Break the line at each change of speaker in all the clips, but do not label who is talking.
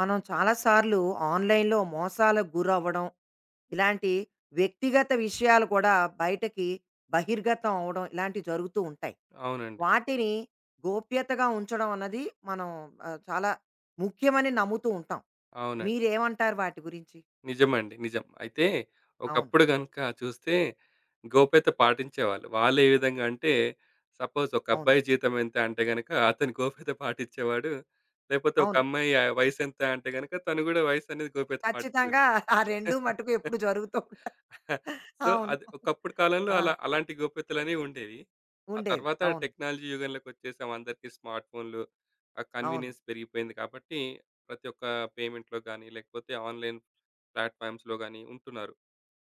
మనం చాలాసార్లు ఆన్లైన్లో మోసాలకు గురవ్వడం, ఇలాంటి వ్యక్తిగత విషయాలు కూడా బయటకి బహిర్గతం అవ్వడం ఇలాంటివి జరుగుతూ ఉంటాయి.
అవునండి.
వాటిని గోప్యతగా ఉంచడం అన్నది మనం చాలా ముఖ్యమని నమ్ముతూ ఉంటాం.
అవునండి.
మీరేమంటారు వాటి గురించి?
నిజమండి. నిజం. అయితే
అవును.
ఒకప్పుడు గనుక చూస్తే గోప్యత పాటించేవాళ్ళు. వాళ్ళు ఏ విధంగా అంటే సపోజ్ ఒక
అవును.
అబ్బాయి జీతం ఎంత అంటే గనక అతను గోప్యత పాటిచ్చేవాడు. లేపోతే ఒక
అవును.
అమ్మాయి వయసెంత అంటే గనక తను గూడా వయసనేది గోప్యత పాటిచ్చేది.
ఖచ్చితంగా ఆ 2 మటుకు ఎప్పుడు జరుగుతూ ఉంటాయి.
సో,
అవును.
అది ఒకప్పుడు కాలంలో
ఆ!
అలాంటి గోప్యతలనేవి ఉండేవి. ఆ
ఉండేవి.
తర్వాత
అవును.
టెక్నాలజీ యుగంలోకొచ్చేసాం. అందరికీ స్మార్ట్ ఫోన్‌లు, ఆ
అవును.
కన్వీనియన్స్ పెరిగిపోయింది కాబట్టి, ప్రతి ఒక్క పేమెంట్‌లో గానీ, లేకపోతే ఆన్‌లైన్ ప్లాట్‌ఫామ్స్‌లో గానీ ఉంటున్నారు.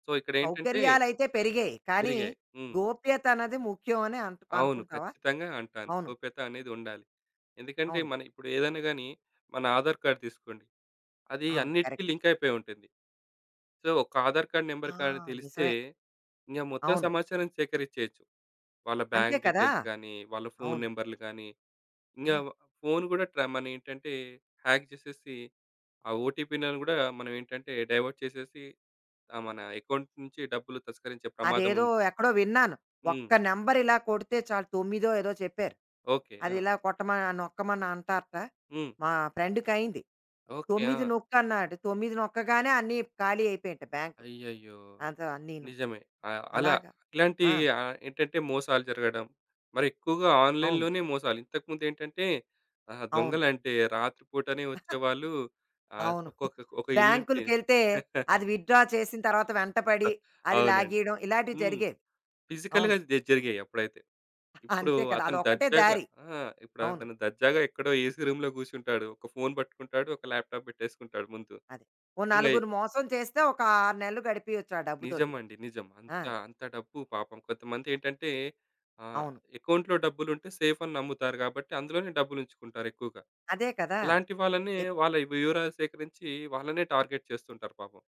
సో, ఇక్కడేంటంటే
సౌకర్యాలయితే పెరిగాయి. కానీ,
పెరిగాయి.
గోప్యత అన్నది ముఖ్యం అని
అవును.
అనుకుంటావా?
ఖచ్చితంగా అంటాను.
అవును.
గోప్యత అనేది ఉండాలి. ఎందుకంటే,
అవును.
మన ఇప్పుడు ఏదైనా గానీ, మన ఆధార్ కార్డ్ తీసుకోండి. అది
అవును.
అన్నిటికి
కరెక్ట్.
లింక్ అయిపోయి ఉంటుంది. సో, ఒక ఆధార్ కార్డ్ నంబర్
ఆ!
కానీ తెలిస్తే,
నిజమే.
ఇంక మొత్తం
అవును.
సమాచారం సేకరించేయొచ్చు. వాళ్ళ
అంతే
బ్యాంక్
కదా!
డీటెయిల్స్ గానీ, వాళ్ళ ఫోను
అవును.
నంబర్‌లు గానీ,
ఆ!
ఇంగా ఫోను గూడా మనేంటంటే హ్యాక్ జేసేసి, ఆ ఓటీపీలను గూడా మనమేంటంటే డైవర్ట్ చేసేసి, మన అకౌంట్ నుంచి డబ్బులు తస్కరించే ప్రమాదం
అదేదో
ఉంది.
ఎక్కడో విన్నాను.
హ్మ్.
ఒక్క నంబర్ ఇలా కొడితే చాలు 9 ఏదో చెప్పారు.
ఓకే. ఆ!
అదిలా కొట్టమని నొక్కమని అంటారట.
హ్మ్.
మా ఫ్రెండ్‌కయింది.
ఓకే. ఆ!
9 నొక్కన్నాడు. 9 నొక్కగానే అన్నీ ఖాళీ అయిపోయాయట బ్యాంకు.
అయ్యయ్యో!
అంతా అన్నీను.
నిజమే. అలా
అలాగా.
ఇలాంటి
ఆ!
ఏంటంటే మోసాలు జరగడం, మరెక్కువగా
అవును.
ఆన్‌లైన్‌లోనే మోసాలు. ఇంతకుముందేంటంటే
అవును.
దొంగలంటే రాత్రి పూటనే వచ్చేవాళ్ళు.
అవును.
ఒక ఇల్లుంటే
బ్యాంకులకెళ్తే అది విత్‌డ్రా చేసిన తర్వాత వెంటపడి, అది
అవునండి.
లాగేయడం ఇలాంటివి
హ్మ్.
జరిగేవి.
ఫిజికల్‌గా
అవును.
జరిగాయి అప్పుడైతే. ఇప్పుడు
అంతే కదా!
అతను
అదొక్కటే
దర్జాగా
దారి.
ఆ! ఇప్పుడు
అవును.
అతను దర్జాగా ఎక్కడో ఏసీ రూమ్‌లో కూర్చుంటాడు. ఒక ఫోన్ పట్టుకుంటాడు. ఒక ల్యాప్‌టాప్ పెట్టేసుకుంటాడు ముందు.
అదే. ఓ
ఇంగ
నలుగురు మోసం చేస్తే ఒక 6 నెలలు గడిపియొచ్చు ఆ డబ్బుతోటి.
నిజమండి. నిజం.
ఆ!
అంత అంత డబ్బు పాపం కొంతమందేంటంటే ఆహ్,
అవును.
అకౌంట్‌లో డబ్బులుంటే సేఫ్ అని నమ్ముతారు కాబట్టి అందులోనే డబ్బులుంచుకుంటారు ఎక్కువగా.
అదే కదా!
అలాంటి వాళ్ళని
ఎప్
వాళ్ళ వివరాలు సేకరించి వాళ్ళనే టార్గెట్ చేస్తుంటారు పాపం.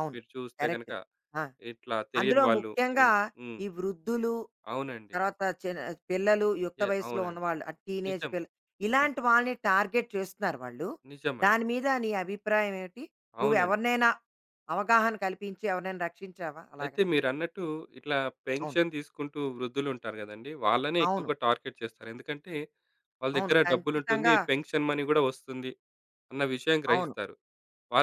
అవును.
మీరు చూస్తే గనక
కరెక్ట్. ఆ!
ఇట్లా తెలియని
అందులో
వాళ్ళు
ముఖ్యంగా
హ్మ్.
ఈ వృద్ధులు
అవునండి.
తర్వాత చిన్న పిల్లలు యుక్త వయసులో
అవునండి.
ఉన్నవాళ్ళు ఆ టీనేజ్
నిజం.
పిల్ల
అవును.
ఇలాంటి వాళ్ళని టార్గెట్ చేస్తున్నారు వాళ్ళు.
నిజమండి.
దాని మీద నీ అభిప్రాయం ఏమిటి? నువ్వు
అవునండి.
ఎవరినైనా అవగాహన కల్పించి ఎవరినైనా రక్షించావా అలాగా?
అయితే మీరన్నట్టు ఇట్లా
అవును.
పెన్షన్ తీసుకుంటూ వృద్ధులు ఉంటారు గదండీ! వాళ్ళనే
అవును.
ఎక్కువగా టార్గెట్ చేస్తారు. ఎందుకంటే వాళ్ళ
అవును.
దగ్గర డబ్బులుంటుంది.
ఖచ్చితంగా
పెన్షన్ మనీ గూడా వస్తుంది అన్న విషయం
అవును.
గ్రహిస్తారు.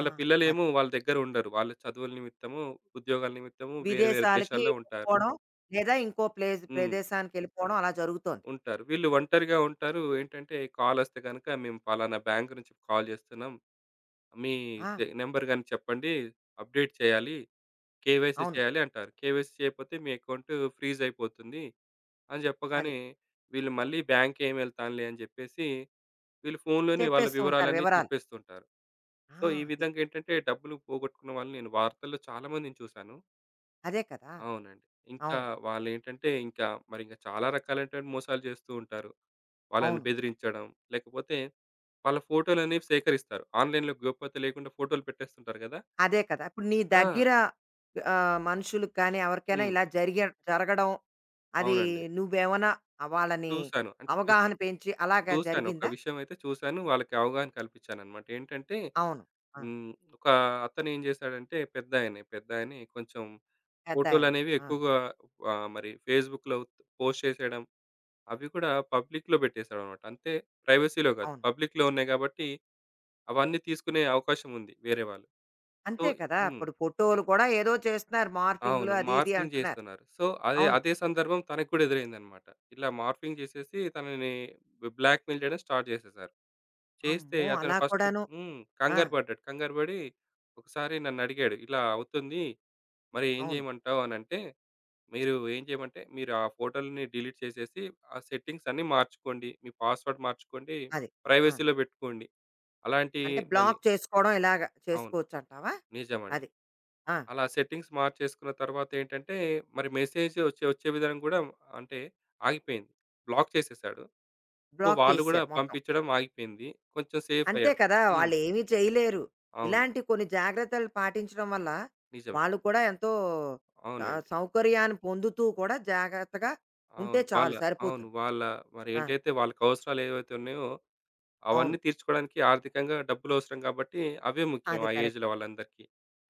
ఆ! అది.
పిల్లలేమో వాళ్ళ దగ్గర ఉండరు. వాళ్ళ చదువుల నిమిత్తము, ఉద్యోగాల నిమిత్తము వేరే వేరే
విదేశాలకి
దేశాల్లో ఉంటారు.
వెళ్ళిపోవడం లేదా ఇంకో ప్లేస్
హ్మ్.
ప్రదేశానికెళ్ళిపోవడం అలా జరుగుతోంది.
ఉంటారు. వీళ్ళు ఒంటరిగా ఉంటారు. ఏంటంటే కాలొస్తే గనక మేము పలానా బ్యాంక్ నుంచి కాల్ జేస్తున్నాం. మీ
ఆ!
నంబర్ గాని చెప్పండి. అప్‌డేట్ చేయాలి. కేవైసీ
అవును.
చేయాలి అంటారు. కేవైసీ చేయకపోతే మీ అకౌంట్ ఫ్రీజ్ అయిపోతుంది అని
అది.
చెప్పగానే, వీళ్ళు మళ్ళీ బ్యాంక్‌కేమి ఎళ్తానులే అని చెప్పేసి, వీళ్ళు ఫోన్‌లోనే వాళ్ళ
చెప్పేస్తూ ఉంటారు
వివరాలన్నీ
వివరాలు.
చెప్పేస్తుంటారు.
ఆ!
సో, ఈ
అది.
విధంగా ఏంటంటే డబ్బులు పోగొట్టుకున్న వాళ్ళని నేను వార్తల్లో చాలా మందిని చూశాను.
అదే కదా!
అవునండి. ఇంకా
అవును.
వాళ్ళేంటంటే ఇంకా మరి ఇంక చాలా రకాలైనటువంటి మోసాలు చేస్తూ ఉంటారు. వాళ్ళని
అవును.
బెదిరించడం, లేకపోతే వాళ్ళ ఫోటోలనేవి సేకరిస్తారు. ఆన్‌లైన్‌లో గోప్యత లేకుండా ఫోటోలు పెట్టేస్తుంటారు కదా!
అదే కదా! ఇప్పుడు నీ
ఆ!
దగ్గర మనుషులకి కానీ, ఎవరికైనా
హ్మ్.
ఇలా జరగడం అది
అవునండి.
నువ్వేమన్నా వాళ్ళని
చూశాను. అంటే
అవగాహన
చూశాను.
పెంచి అలాగా
చూశాను. ఒక
జరిగిందా?
విషయం అయితే చూశాను. వాళ్ళకి అవగాహన కల్పించానన్నమాట. ఏంటంటే
అవును. ఆ!
హ్మ్. ఒక అతను ఏం చేశాడంటే పెద్దాయనే. పెద్దాయనే కొంచెం
పెద్దాయన.
ఫోటోలనేవి
ఆ!
ఎక్కువగా మరి ఫేస్‌బుక్‌లో పోస్ట్ చేసేయడం, అవి కూడా పబ్లిక్‌లో పెట్టేసాడన్నమాట. అంటే ప్రైవసీలో కాదు.
అవును.
పబ్లిక్‌లో ఉన్నాయి కాబట్టి అవన్నీ తీసుకునే అవకాశం ఉంది వేరే వాళ్ళు. సో
అంతే కదా!
హ్మ్.
ఇప్పుడు ఫోటోలు కూడా ఏదో చేస్తున్నారు
అవును.
మార్ఫింగ్‌లు అది ఇది
మార్ఫింగ్
అంటున్నారు.
చేస్తున్నారు. సో అదే
అవును.
అదే సందర్భం తనకు కూడా ఎదురైందన్నమాట. ఇలా మార్ఫింగ్ చేసేసి తనని బ్లాక్‌మెయిల్ చేయడం స్టార్ట్ చేసేసారు. చేస్తే
అమ్మో!
అతను
అలా
ఫస్ట్
కూడాను.
హ్మ్.
ఆ!
కంగారు పడ్డాడు. కంగారు పడి ఒకసారి నన్నడిగాడు. ఇలా అవుతుంది. మరి ఏం
అవును.
చేయమంటావు అనంటే, మీరు ఏం చేయమంటే, మీరు ఆ ఫోటోలని డిలీట్ చేసేసి, ఆ సెట్టింగ్స్ అన్నీ మార్చుకోండి. మీ పాస్వర్డ్ మార్చుకోండి.
అది. ఆ!
ప్రైవసీలో పెట్టుకోండి. అలాంటి
అంటే
మళ్ళీ
బ్లాక్ చేసుకోవడం ఇలాగ
అవును.
చేసుకోవచ్చంటావా?
నిజమండి.
అది. ఆ!
అలా సెట్టింగ్స్ మార్చేసుకున్న తర్వాత ఏంటంటే, మరి మెసేజ్ వచ్చే వచ్చే విధానం కూడా అంటే ఆగిపోయింది. బ్లాక్ చేసేసాడు. సో,
బ్లాక్
వాళ్ళు కూడా
చేసేశారు మొత్తం.
పంపించడం ఆగిపోయింది. కొంచెం సేఫ్
అంతే
అయ్యాడు.
కదా!
హ్మ్.
వాళ్ళేమీ చేయలేరు.
అవును.
ఇలాంటి కొన్ని జాగ్రత్తలు పాటించడం వల్ల,
నిజమే.
వాళ్ళు కూడా ఎంతో
అవునండి.
సౌకర్యాన్ని పొందుతూ కూడా జాగ్రత్తగా ఉంటే
అవును. వాళ్ళ
చాలు
అవును.
సరిపోతుంది.
వాళ్ళ
ఆ!
మరేంటైతే వాళ్ళకవసరాలు ఏవైతే ఉన్నాయో, అవన్నీ
అవును.
తీర్చుకోవడానికి ఆర్థికంగా డబ్బులవసరం కాబట్టి, అవే ముఖ్యం
అది
ఆ ఏజ్‌లో
కరెక్ట్.
వాళ్ళందరికీ.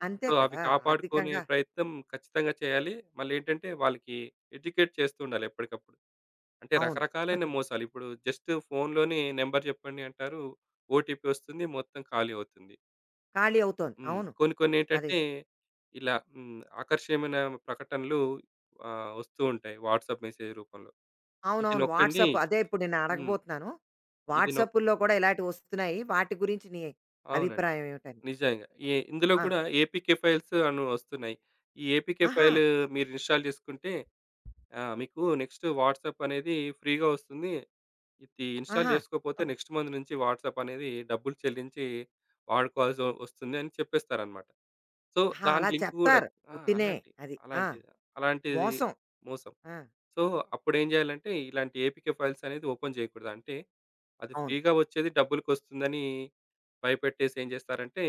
అంతే
సో, అవి
కదా!
కాపాడుకునే
ఆర్థికంగా
ప్రయత్నం ఖచ్చితంగా చేయాలి. మళ్ళేంటంటే, వాళ్ళకి ఎడ్యుకేట్ చేస్తూ ఉండాలి ఎప్పటికప్పుడు. అంటే
అవును.
రకరకాలైన మోసాలు. ఇప్పుడు జస్ట్ ఫోన్‌లోనే నంబర్ చెప్పండి అంటారు. ఓటీపీ వస్తుంది. మొత్తం ఖాళీ అవుతుంది.
ఖాళీ అవుతోంది.
హ్మ్.
అవును.
కొన్ని
అదే.
కొన్నేంటంటే, ఇలా హ్మ్. ఆకర్షణీయమైన ప్రకటనలు వస్తూ ఉంటాయి వాట్సాప్ మెసేజ్ రూపంలో. ఇది
అవునవును.
నొక్కండి.
వాట్సాప్ అదే ఇప్పుడు నేను
హ్మ్.
అడగబోతున్నాను.
ఇది నొక్
వాట్సాపుల్లో కూడా ఇలాంటివి వస్తున్నాయి. వాటి గురించి నీ
అవునండి.
అభిప్రాయం ఏమిటని?
నిజంగా. ఇందులో
ఆ!
కూడా ఏపీకే ఫైల్స్ అను వస్తున్నాయి. ఈ ఏపీకే
ఆహా!
ఫైల్ మీరు ఇన్‌స్టాల్ చేసుకుంటే మీకు నెక్స్ట్ వాట్సాప్ అనేది ఫ్రీగా వస్తుంది. ఇది ఇన్‌స్టాల్
ఆహా!
చేసుకోకపోతే నెక్స్ట్ మంత్ నుంచి వాట్సాప్ అనేది డబ్బులు చెల్లించి వాడుకోవాల్సి వస్తుంది అని చెప్పేస్తారన్నమాట. సో,
ఆహా!
దాని
అలా
లింక్ కూడా
చెప్తారు.
ఆ!
ఉట్టినే
అలాంటి
అది. ఆ!
అలాంటిది. అలాంటిది
మోసం.
మోసం.
ఆ!
సో, అప్పుడేం జేయాలంటే, ఇలాంటి ఏపీకే ఫైల్స్ అనేది ఓపెన్ జేయకూడదు. అంటే, అది
అవును.
ఫ్రీగా వచ్చేది డబ్బులకొస్తుందని భయపెట్టేసి ఏం జేస్తారంటే,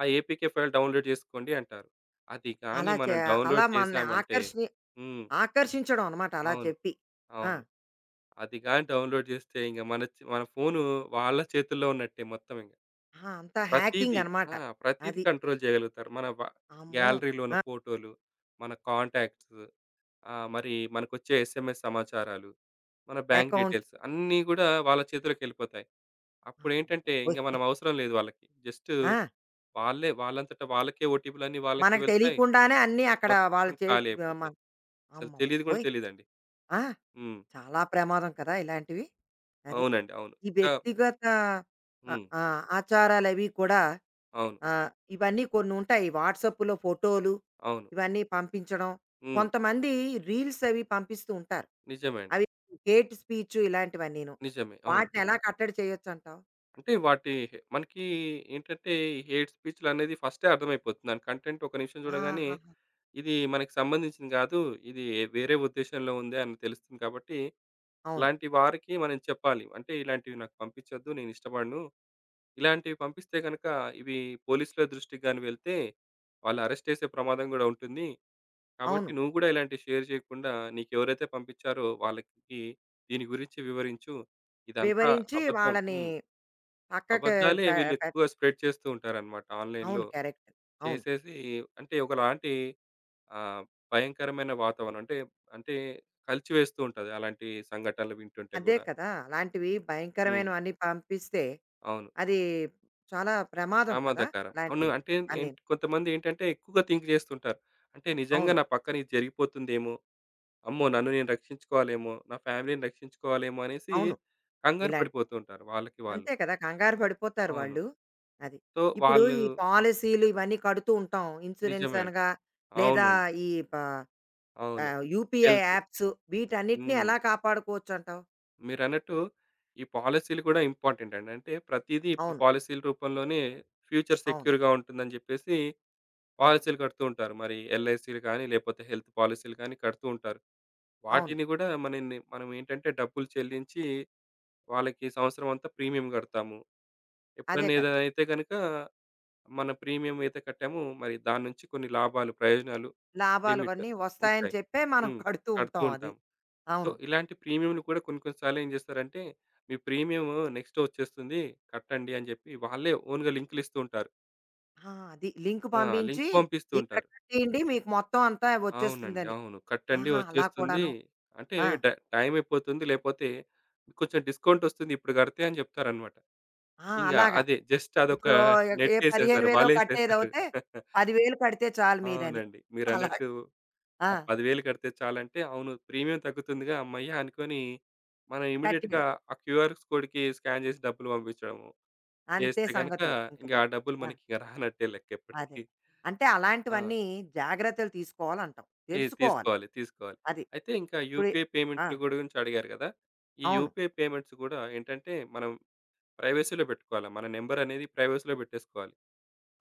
ఆ ఏపీకే ఫైల్ డౌన్‌లోడ్ జేసుకోండి అంటారు. అది గానీ
అలా చే
మనం
అలా
డౌన్‌లోడ్
మనల్ని
చేశామంటే హ్మ్.
ఆకర్షించడం అనమాట అలా
అవును.
చెప్పి. ఆ!
అవును. అది గాని డౌన్‌లోడ్ జేస్తే ఇంగ మన ఫోను వాళ్ళ చేతుల్లో ఉన్నట్టే మొత్తం ఇంగ.
ఆహా! అంతా
ప్రతీది
హ్యాకింగ్ అనమాట.
ఆ! ప్రతీది
అది.
కంట్రోల్ జేయగలుగుతారు. మన వ
అమ్మో!
గ్యాలరీలో ఉన్న
ఆ!
ఫోటోలు, మన కాంటాక్ట్స్ ఆ! మరి మనకొచ్చే ఎస్ఎంఎస్ సమాచారాలు, మన బ్యాంక్
అకౌంట్
డీటెయిల్స్ అన్నీ గూడా వాళ్ళ చేతిలోకెళ్ళిపోతాయి.
అమ్మ
అప్పుడేంటంటే ఇంక
బాబోయ్!
మనం అవసరం లేదు వాళ్ళకి. జస్ట్
ఆ!
వాళ్ళే వాళ్ళంతట వాళ్ళకే ఓటీపీలన్నీ వాళ్ళకే
మనకు
వెళ్తాయి.
తెలియకుండానే అన్నీ అక్కడ వాళ్ళు
మొత్తం
చే
ఖాళీ
మ
అయిపోతాయి. అసలు
అమ్మ
తెలీదు గూడా
బాబోయ్!
తెలీదండి.
ఆ!
హ్మ్.
చాలా ప్రమాదం కదా! ఇలాంటివి. అది.
అవునండి. అవును.
ఈ
ఇంకా
వ్యక్తిగత
హ్మ్.
ఆ ఆచారాలవి కూడా
అవును.
ఆ, ఇవన్నీ కొన్ని ఉంటాయి వాట్సాప్లో ఫోటోలు
అవును.
ఇవన్నీ పంపించడం
హ్మ్.
కొంతమంది రీల్స్ అవి పంపిస్తూ ఉంటారు
నిజమే అండి.
అవి హేట్ స్పీచ్ ఇలాంటివన్నీ నేను
నిజమే. అవును.
వాటిని ఎలా కట్టడి చేయొచ్చు అంటావు
అంటే మనకి ఏంటంటే, ఈ హేట్ స్పీచ్‌లనేది ఫస్టే అర్థమైపోతుంది. దాని కంటెంట్ ఒక నిమిషం చూడగానే
ఆహాహా.
ఇది మనకి సంబంధించింది కాదు. ఇది వేరే ఉద్దేశంలో ఉంది అని తెలుస్తుంది కాబట్టి,
అవును
అలాంటి వారికి మనం చెప్పాలి. అంటే ఇలాంటివి నాకు పంపించొద్దు. నేను ఇష్టపడను. ఇలాంటివి పంపిస్తే గనక ఇవి పోలీసుల దృష్టికి గాని వెళ్తే వాళ్ళు అరెస్ట్ చేసే ప్రమాదం గూడా ఉంటుంది. కాబట్టి
అవును
నువ్వు గూడా ఇలాంటివి షేర్ చేయకుండా నీకెవరైతే పంపించారో వాళ్ళకి దీని గురించి వివరించు. ఇదంతా
వివరించి
అబద్ధం.
వాళ్ళని
హ్మ్.
పక్కకి
అబద్దాలే
పె-
వీళ్ళు
పె-
ఎక్కువ స్ప్రెడ్ చేస్తూ ఉంటారన్నమాట ఆన్‌లైన్‌లో.
అవును క్యారెక్టర్ అవును
చేసేసి అంటే ఒకలాంటి ఆ, భయంకరమైన వాతావరణం అంటే అంటే కలిచివేస్తూ ఉంటది అలాంటి సంఘటనలు వింటుంటే
అదే
కూడా.
కదా అలాంటివి
హ్మ్.
భయంకరమైన అన్ని పంపిస్తే
అవును.
అది చాలా ప్రమాదం కదా
ప్రమాదకరం. అవును.
అలాంటివి
అంటే
అని
ఏంటి కొంతమంది ఏంటంటే ఎక్కువగా థింక్ చేస్తుంటారు. అంటే నిజంగా
అవును
నా పక్కన ఇది జరిగిపోతుందేమో! అమ్మో! నన్ను నేను రక్షించుకోవాలేమో! నా ఫ్యామిలీని రక్షించుకోవాలేమో! అనేసి
అవును
కంగారు
ఇలాంటివి
పడిపోతూ ఉంటారు వాళ్ళకి వాళ్ళు.
అంతే కదా! కంగారు పడిపోతారు
అవును.
వాళ్ళు. అది.
సో,
ఇప్పుడు
వాళ్ళు
ఈ పాలిసీలు ఇవన్నీ కడుతూ ఉంటాం. ఇన్స్యూరెన్స్
నిజమే అండి.
అనగా లేదా
అవునండి.
ఈ ప
అవును.
UPI
health.
యాప్స్ వీటన్నిటిని
హ్మ్.
ఎలా కాపాడుకోవచ్చంటావు?
మీరన్నట్టు ఈ పాలిసీలు కూడా ఇంపార్టెంట్ అండి. అంటే ప్రతీదీ ఇప్పుడు
అవును.
పాలిసీల రూపంలోనే ఫ్యూచర్
అవును.
సెక్యూర్‌గా ఉంటుందని జెప్పేసి
అవును.
పాలిసీలు కడుతూ ఉంటారు. మరి ఎల్ఐసీలు గానీ, లేపోతే హెల్త్ పాలిసీలు గానీ కడుతూ ఉంటారు.
అవును.
వాటిని గూడా మనల్ని మనం ఏంటంటే డబ్బులు చెల్లించి వాళ్ళకి సంవత్సరం అంతా ప్రీమియం గడతాము.
అదే
ఎప్పుడన్నా
కదా!
ఏదైనా అయితే గనక మన ప్రీమియం అయితే కట్టామో మరి దాని నుంచి కొన్ని లాభాలు, ప్రయోజనాలు
లాభాలు
లిమిట్
అన్నీ వస్తాయని
ఉంటాయి.
చెప్పే మనం
హ్మ్.
కడుతూ
కడుతూ
ఉంటాం అది.
ఉంటాం. సో,
అవును.
ఇలాంటి ప్రీమియంలు కూడా కొన్ని కొన్ని సార్లు ఏం చేస్తారంటే, మీ ప్రీమియం నెక్స్ట్ వచ్చేస్తుంది కట్టండి అని చెప్పి వాళ్ళే ఓన్‌గా లింకులు ఇస్తూ ఉంటారు.
ఆ! అది. లింక్
ఆ! లింక్
పంపించి
పంపిస్తూ
ఇక్కడ
ఉంటారు.
కట్టేయండి మీకు మొత్తం అంతా
అవునండి.
వచ్చేస్తుందని.
అవును. కట్టండి
ఆహా! అలా
వచ్చేస్తుంది.
కూడాను.
అంటే
ఆ!
డ టైమ్ అయిపోతుంది. లేపోతే కొంచెం డిస్కౌంట్ వస్తుంది ఇప్పుడు కడితే అని చెప్తారనమాట.
ఆ!
ఇంగ
అలాగా.
అదే జస్ట్ అదొక
ఇప్పుడు ఏ
నెట్టేసేసారు.
15,000
వలేసేసారు.
కట్టేదవుతే 10,000 కడితే చాలు మీరని.
అవునండి.
అలాగ.
మీరన్నట్టు
ఆ!
ఆ 10,000 కడితే చాలంటే, అవును ప్రీమియం తగ్గుతుందిగా హమ్మయ్య! అనుకోని, మనం ఇమ్మీడియేట్‌గా
కట్టేయడం.
ఆ క్యూఆర్ కోడ్‌కి స్కాన్ చేసి డబ్బులు పంపించడము.
అంతే
చేస్తే గనక
సంగతులు ఇంక
ఇంక ఆ
మరి.
డబ్బులు
ఆ!
మనకి ఇంక రానట్టే లెక్క
అదే.
ఎప్పటికి.
అంటే
ఆ!
అలాంటివన్నీ జాగ్రత్తలు తీసుకోవాలంటావు. తెలుసుకోవాలి.
తీసుకోవాలి. తీసుకోవాలి.
అది.
అయితే ఇంకా
ఇప్పుడు
యూపీఐ
ఆ!
పేమెంట్‌ల గురించి అడిగారు గదా! ఈ
అవును.
యూపీఐ పేమెంట్స్ గూడా ఏంటంటే, మనం ప్రైవసీలో పెట్టుకోవాలి. మన నంబర్ అనేది ప్రైవసీలో పెట్టేసుకోవాలి.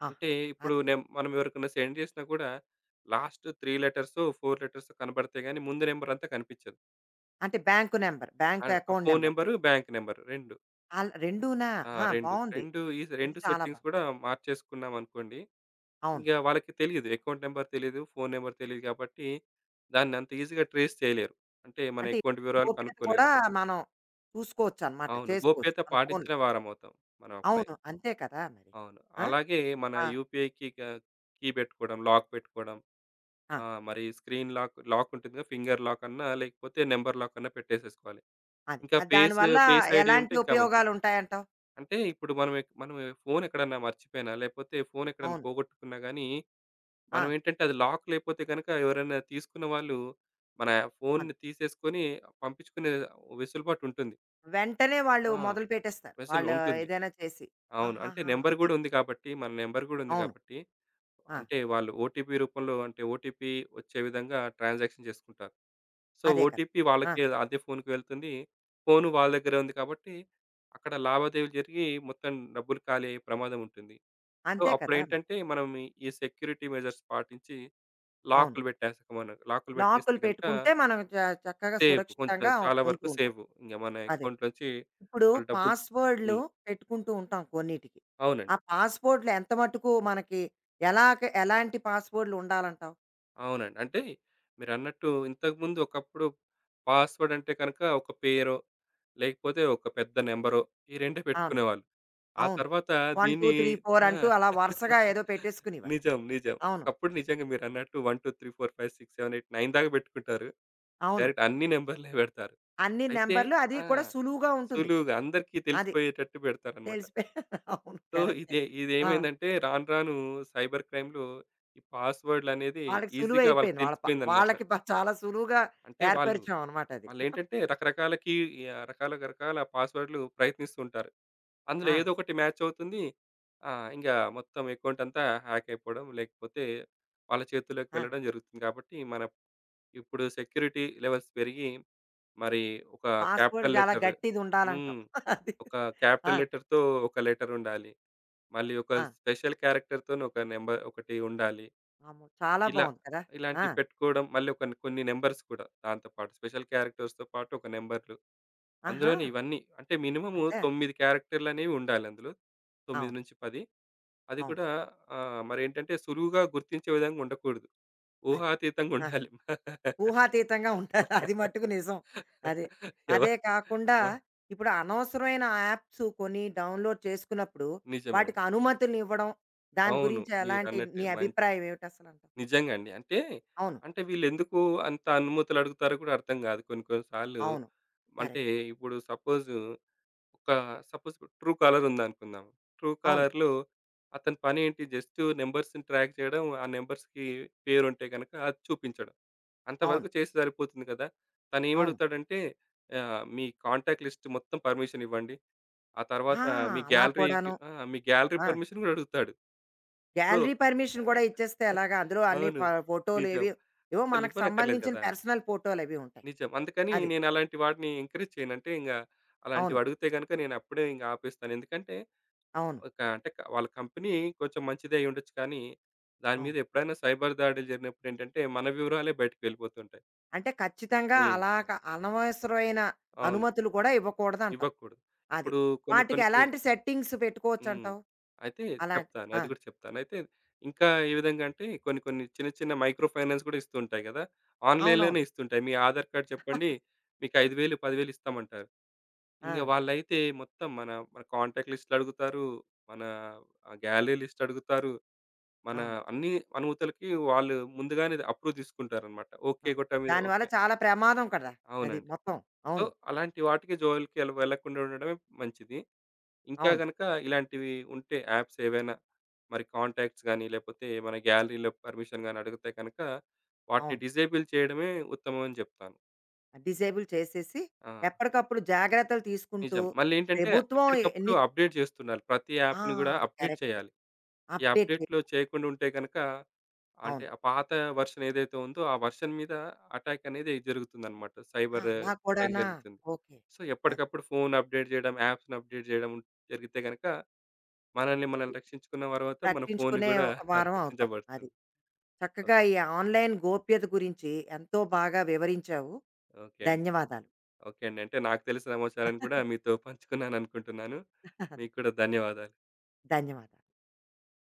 ఆహా!
అంటే ఇప్పుడు
అది.
మనం ఎవరికన్నా సెండ్ చేసినా కూడా, లాస్ట్ 3 లెటర్సో, 4 లెటర్సో కనపడితే గాని ముందు నంబర్ అంతా కనిపించదు.
అంటే బ్యాంకు నంబర్, బ్యాంకు
అండ్ ఆ
account
phone
number.
Number, bank number 2.
All రెండూనా?
ఆ!
ఆ!
2,
బావుంది.
2 ఈ
ఇది
2
చాలా
సెట్టింగ్స్
బావుంది.
కూడా మార్చేసుకున్నామనుకోండి,
అవును.
ఇంక వాళ్ళకి తెలీదు. అకౌంట్ నంబర్ తెలీదు, ఫోను నంబర్ తెలీదు కాబట్టి, దాన్నంత ఈజీగా ట్రేస్ చేయలేరు. అంటే మన
అంటే
అకౌంట్
ఇలాంటి
వివరాలు
గోప్యత
కనుక్కోలేరు.
కూడా మనం చూసుకోవచ్చనమాట.
అవును.
చేసుకోవచ్చు.
గోప్యత
మన ఫోన్‌లో.
పాటించిన వారమవుతాం మనం అప్పుడే.
అవును. అంతే కదా మరి.
అవును.
ఆ!
అలాగే మన
ఆ!
యూపీఐకి కీ పెట్టుకోవడం, లాక్ పెట్టుకోవడం,
ఆ!
మరి స్క్రీన్ లాక్ లాక్ ఉంటుంది కదా! ఫింగర్ లాక్ అన్నా, లేకపోతే నంబర్ లాక్ అన్నా పెట్టేసేసుకోవాలి.
అది.
ఇంకా ఫేస్,
దానివల్ల
ఫేస్ ఐడీ ఉంటే
ఎలాంటి
ఇంకా మంచిది.
ఉపయోగాలుంటాయంటావు?
అంటే ఇప్పుడు మనం ఫోన్ ఎక్కడన్నా మర్చిపోయినా, లేపోతే ఫోన్ ఎక్కడన్నా
అవును.
పోగొట్టుకున్నా గానీ,
ఆ!
మనం ఏంటంటే అది లాక్ లేపోతే గనక ఎవరైనా తీసుకున్న వాళ్ళు మన
అవును.
ఫోన్‌ని తీసేసుకొని పంపించుకునే వెసులుబాటు ఉంటుంది.
వెంటనే వాళ్ళు
ఆ!
మొదలు పెట్టేస్తారు.
వెసులు
వాళ్ళు
ఉంటుంది.
ఏదైనా చేసి.
అవును. అంటే
ఆహాహా!
నంబర్
అది.
గూడా ఉంది కాబట్టి, మన నంబర్ గూడా ఉంది
అవును.
కాబట్టి,
ఆ!
అంటే వాళ్ళు ఓటీపీ రూపంలో అంటే ఓటీపీ వచ్చే విధంగా ట్రాన్సాక్షన్ చేసుకుంటారు. సో,
అదే కదా!
ఓటీపీ
ఆ!
వాళ్ళకి అదే ఫోన్‌కి వెళ్తుంది. ఫోను వాళ్ళ దగ్గరే ఉంది కాబట్టి, అక్కడ లావాదేవీలు జరిగి మొత్తం డబ్బులు ఖాళీ అయ్యే ప్రమాదం ఉంటుంది. సో,
అంతే కదా మరి.
అప్పుడేంటంటే మనం ఈ ఈ సెక్యూరిటీ మెజర్స్ పాటించి
అవును.
లాకులు పెట్టేస్తాం మనం. లాకులు పెట్టేస్తే
లాకులు
గనుక
పెట్టుకుంటే మనం చక్కగా
సేఫ్. కొంచెం
సురక్షితంగా
చాలా
ఉంటూ
వరకు
ఉంటాం.
సేఫ్. ఇంగ మన
అదే.
అకౌంట్‌లోంచి
ఇప్పుడు
వాళ్ళ డబ్బులు
పాస్‌వర్డ్‌లు
హ్మ్.
పెట్టుకుంటూ ఉంటాం కొన్నిటికి. ఆ
అవునండి.
పాస్‌వర్డ్‌లు ఎంత మటుకు మనకి ఎలాగ ఎలాంటి పాస్‌వర్డ్‌లు ఉండాలంటావు?
అవునండి. అంటే మీరన్నట్టు ఇంతకుముందు ఒకప్పుడు పాస్‌వర్డ్ అంటే కనుక ఒక పేరో, లేకపోతే ఒక పెద్ద నంబరో ఈ రెండే
అవును.
పెట్టుకునేవాళ్ళు. ఆ
అవును.
తర్వాత దీన్ని
1, 2, 3, 4
ఆ!
అంటూ అలా వరుసగా ఏదో పెట్టేసుకునేవారు.
నిజం. నిజం.
అవును.
ఒకప్పుడు నిజంగా మీరన్నట్టు 1, 2, 3, 4, 5, 6, 7, 8, 9 దాకా పెట్టుకుంటారు.
అవును.
డైరెక్ట్ అన్ని నంబర్‌లే పెడతారు.
అన్ని
అయితే
నంబర్‌లు అది
ఆ!
కూడా సులువుగా ఉంటుంది.
సులువుగా అందరికీ
అది
తెలిసిపోయేటట్టు పెడతారన్నమాట.
తెలిసిపోయి అవును.
సో,
కరెక్టే.
ఇది
ఆ!
ఇదేమైందంటే రాను రాను సైబర్ క్రైమ్‌లో ఈ పాస్‌వర్డ్‌లనేది
వాళ్ళకి
ఈజీగా వాళ్ళకి
సులువైపోయింది. వాళ్ళ ప
తెలిసిపోయిందన్నమాట.
వాళ్ళకి ప చాలా సులువుగా
అంటే వాళ్ళు
ఏర్పరిచాం అనమాట అది.
వాళ్ళేంటంటే రకరకాల కీ రకాల రకాల పాస్‌వర్డ్‌లు ప్రయత్నిస్తూ ఉంటారు. అందులో
ఆ!
ఏదో ఒకటి మ్యాచ్ అవుతుంది. ఆ! ఇంగా మొత్తం అకౌంట్ అంతా హ్యాక్ అయిపోవడం, లేకపోతే వాళ్ళ చేతుల్లోకి
ఆ!
వెళ్ళడం జరుగుతుంది. కాబట్టి మన ఇప్పుడు సెక్యూరిటీ లెవెల్స్ పెరిగి మరి ఒక
పాస్‌వర్డ్
క్యాపిటల్
చాలా
లెటర్
గట్టిదుండాలంటావు.
హ్మ్.
అది.
ఒక
ఆ!
క్యాపిటల్ లెటర్‌తో ఒక లెటర్ ఉండాలి. మళ్ళీ ఒక
ఆ!
స్పెషల్ క్యారెక్టర్‌తోని ఒక నంబర్ ఒకటి ఉండాలి.
అమ్మో! చాలా
ఇలా
బావుంది కదా! ఆ!
ఇలాంటివి పెట్టుకోవడం మళ్ళీ ఒక కొన్ని నంబర్స్ కూడా దాంతో పాటు స్పెషల్ క్యారెక్టర్స్‌తో పాటు ఒక నంబర్‌లు
ఆహా!
అందులోనే ఇవన్నీ అంటే మినిమమ్
అదే.
9 క్యారెక్టర్‌లనేవి ఉండాలి అందులో.
అవును.
9-10 అది
అవును.
కూడా మరేంటంటే సులువుగా గుర్తించే విధంగా ఉండకూడదు.
అది.
ఊహాతీతంగా
ఆ!
ఉండాలి.
ఊహాతీతంగా ఉంటారు. అది మట్టుకు నిజం. అది.
ఎవ
అదే కాకుండా
ఆ!
ఇప్పుడు అనవసరమైన యాప్స్ కొన్ని డౌన్‌లోడ్ చేసుకున్నప్పుడు,
నిజమండి.
వాటికి అనుమతులనివ్వడం, దాని
అవును.
గురించి ఎలాంటి
మీరన్నట్టు
నీ అభిప్రాయం ఏమిటసలంటావు?
నిజంగా అండి. అంటే,
అవును.
అంటే వీళ్ళెందుకు అంత అనుమతులు అడుగుతారో కూడా అర్థం కాదు కొన్ని కొన్ని సార్లు.
అవును.
అంటే
కరెక్ట్.
ఇప్పుడు సపోజు ఒక సపోజ్ ట్రూ కాలర్ ఉందనుకుందాం. ట్రూ
అవును.
కాలర్‌లో అతని పనేంటి జస్ట్ నంబర్స్‌ని ట్రాక్ చేయడం. ఆ నంబర్స్‌కి పేరుంటే గనక అది చూపించడం.
అవును.
అంతవరకు చేస్తే సరిపోతుంది కదా!
అవును.
తనేమడుగుతాడంటే "మీ కాంటాక్ట్ లిస్ట్ మొత్తం పర్మిషన్ ఇవ్వండి. ఆ తర్వాత
ఆ!
మీ
అలా
గ్యాలరీకి
కూడాను.
ఆ! మీ గ్యాలరీ
ఆ!
పర్మిషన్ గూడా అడుగుతాడు." సో
గ్యాలరీ పర్మిషన్ గూడా ఇచ్చేస్తే ఎలాగా? అందులో అన్ని
అవును.
ఫ
నిజం.
ఫోటోలేవి ఏవో మనకు
అసలివ్వనక్కర్లేదు
సంబంధించిన
కదా!
పర్సనల్ ఫోటోలవి ఉంటాయి.
నిజం. అందుకని
అది.
నేనలాంటి వాడిని ఎంకరేజ్ చేయను. అంటే ఇంగ
అవును.
అలాంటివడిగితే గనుక నేనప్పుడే ఇంగ ఆపేస్తాను. ఎందుకంటే
అవును.
ఒక అంటే వాళ్ళ కంపెనీ కొంచెం మంచిదే అయ్యుండొచ్చు కానీ, దాని
అవును.
మీద ఎప్పుడైనా సైబర్ దాడులు జరిగినప్పుడేంటంటే, మన వివరాలే బయటికి వెళ్ళిపోతుంటాయి.
అంటే ఖచ్చితంగా
హ్మ్.
అలాగ అనవసరమైన
అవును.
అనుమతులు కూడా ఇవ్వకూడదు అంటావు.
ఇవ్వకూడదు.
అది.
ఇప్పుడు కొన్ని
వాటికి
కొన్ని
ఎలాంటి సెట్టింగ్స్ పెట్టుకోవచ్చు
హ్మ్.
అంటావు?
అయితే
అలాంటి
చెప్తాను.
ఆ!
అది కూడా చెప్తాను. అయితే ఇంకా ఏ విధంగా అంటే కొన్ని కొన్ని చిన్న చిన్న మైక్రో ఫైనాన్స్ కూడా ఇస్తూ ఉంటాయి కదా! ఆన్‌లైన్‌లోనే
అవునవును.
ఇస్తుంటాయి. మీ ఆధార్ కార్డ్ చెప్పండి. మీకు 5,000, 10,000 ఇస్తామంటారు.
ఆ!
ఇంక వాళ్ళైతే మొత్తం మన మన కాంటాక్ట్ లిస్ట్‌లు అడుగుతారు. మన గ్యాలరీ లిస్ట్ అడుగుతారు. మన
అవును.
అన్ని అనుమతులకి వాళ్ళు ముందుగానే అప్రూవ్ తీసుకుంటారన్నమాట. ఓకే.
అవును.
గొట్టా మీద
దానివల్ల
ఓకే.
చాలా ప్రమాదం కదా! అది
అవునండి.
మొత్తం.
సో,
అవును.
అలాంటి వాటికి జోలికి వెళ్ళకుండా ఉండడమే మంచిది. ఇంకా
అవును.
గనక ఇలాంటివి ఉంటే యాప్స్ ఏవైనా మరి కాంటాక్ట్స్ గానీ, లేపోతే మన గ్యాలరీలో పర్మిషన్ గానీ అడిగితే గనక వాటిని
అవును.
డిజేబుల్ చేయడమే ఉత్తమం అని జెప్తాను.
డిసేబుల్ చేసేసి
ఆ!
ఎప్పటికప్పుడు జాగ్రత్తలు తీసుకుంటూ
నిజం. మళ్ళేంటంటే
ప్రభుత్వం
ఎప్పటికప్పుడు
ఎన్ని
అప్‌డేట్ జేస్తుండాలి. ప్రతి
ఆ!
యాప్‌ని గూడా అప్‌డేట్
కరెక్ట్.
చేయాలి. ఈ
అప్‌డేట్ చే
అప్‌డేట్‌లో చేయకుండా ఉంటే గనక అంటే
అవును.
ఆ పాత వెర్షన్ ఏదైతే ఉందో ఆ వెర్షన్ మీద అటాక్ అనేది జరుగుతుందనమాట.
ఆ!
సైబర్
అలా
అటాక్
కూడానా?
జరుగుతుంది.
ఓకే.
సో,
అది.
ఎప్పటికప్పుడు ఫోన్ అప్‌డేట్ జేయడం, యాప్స్‌ని అప్‌డేట్ జేయడం జరిగితే గనక మనల్ని మనం రక్షించుకున్న తర్వాత మన ఫోన్
రక్షించుకునే
గూడా
వారం అవుతాం. అది.
రక్షించబడుతుంది.
చక్కగా
ఓకే.
ఈ ఆన్లైన్ గోప్యత గురించి ఎంతో బాగా వివరించావు.
ఓకే అండి.
ధన్యవాదాలు.
ఓకే అండి. అంటే నాకు తెలిసిన సమాచారాన్ని కూడా మీతో పంచుకున్నాననుకుంటున్నాను.
అదే
మీకు కూడా ధన్యవాదాలు.
ధన్యవాదాలు.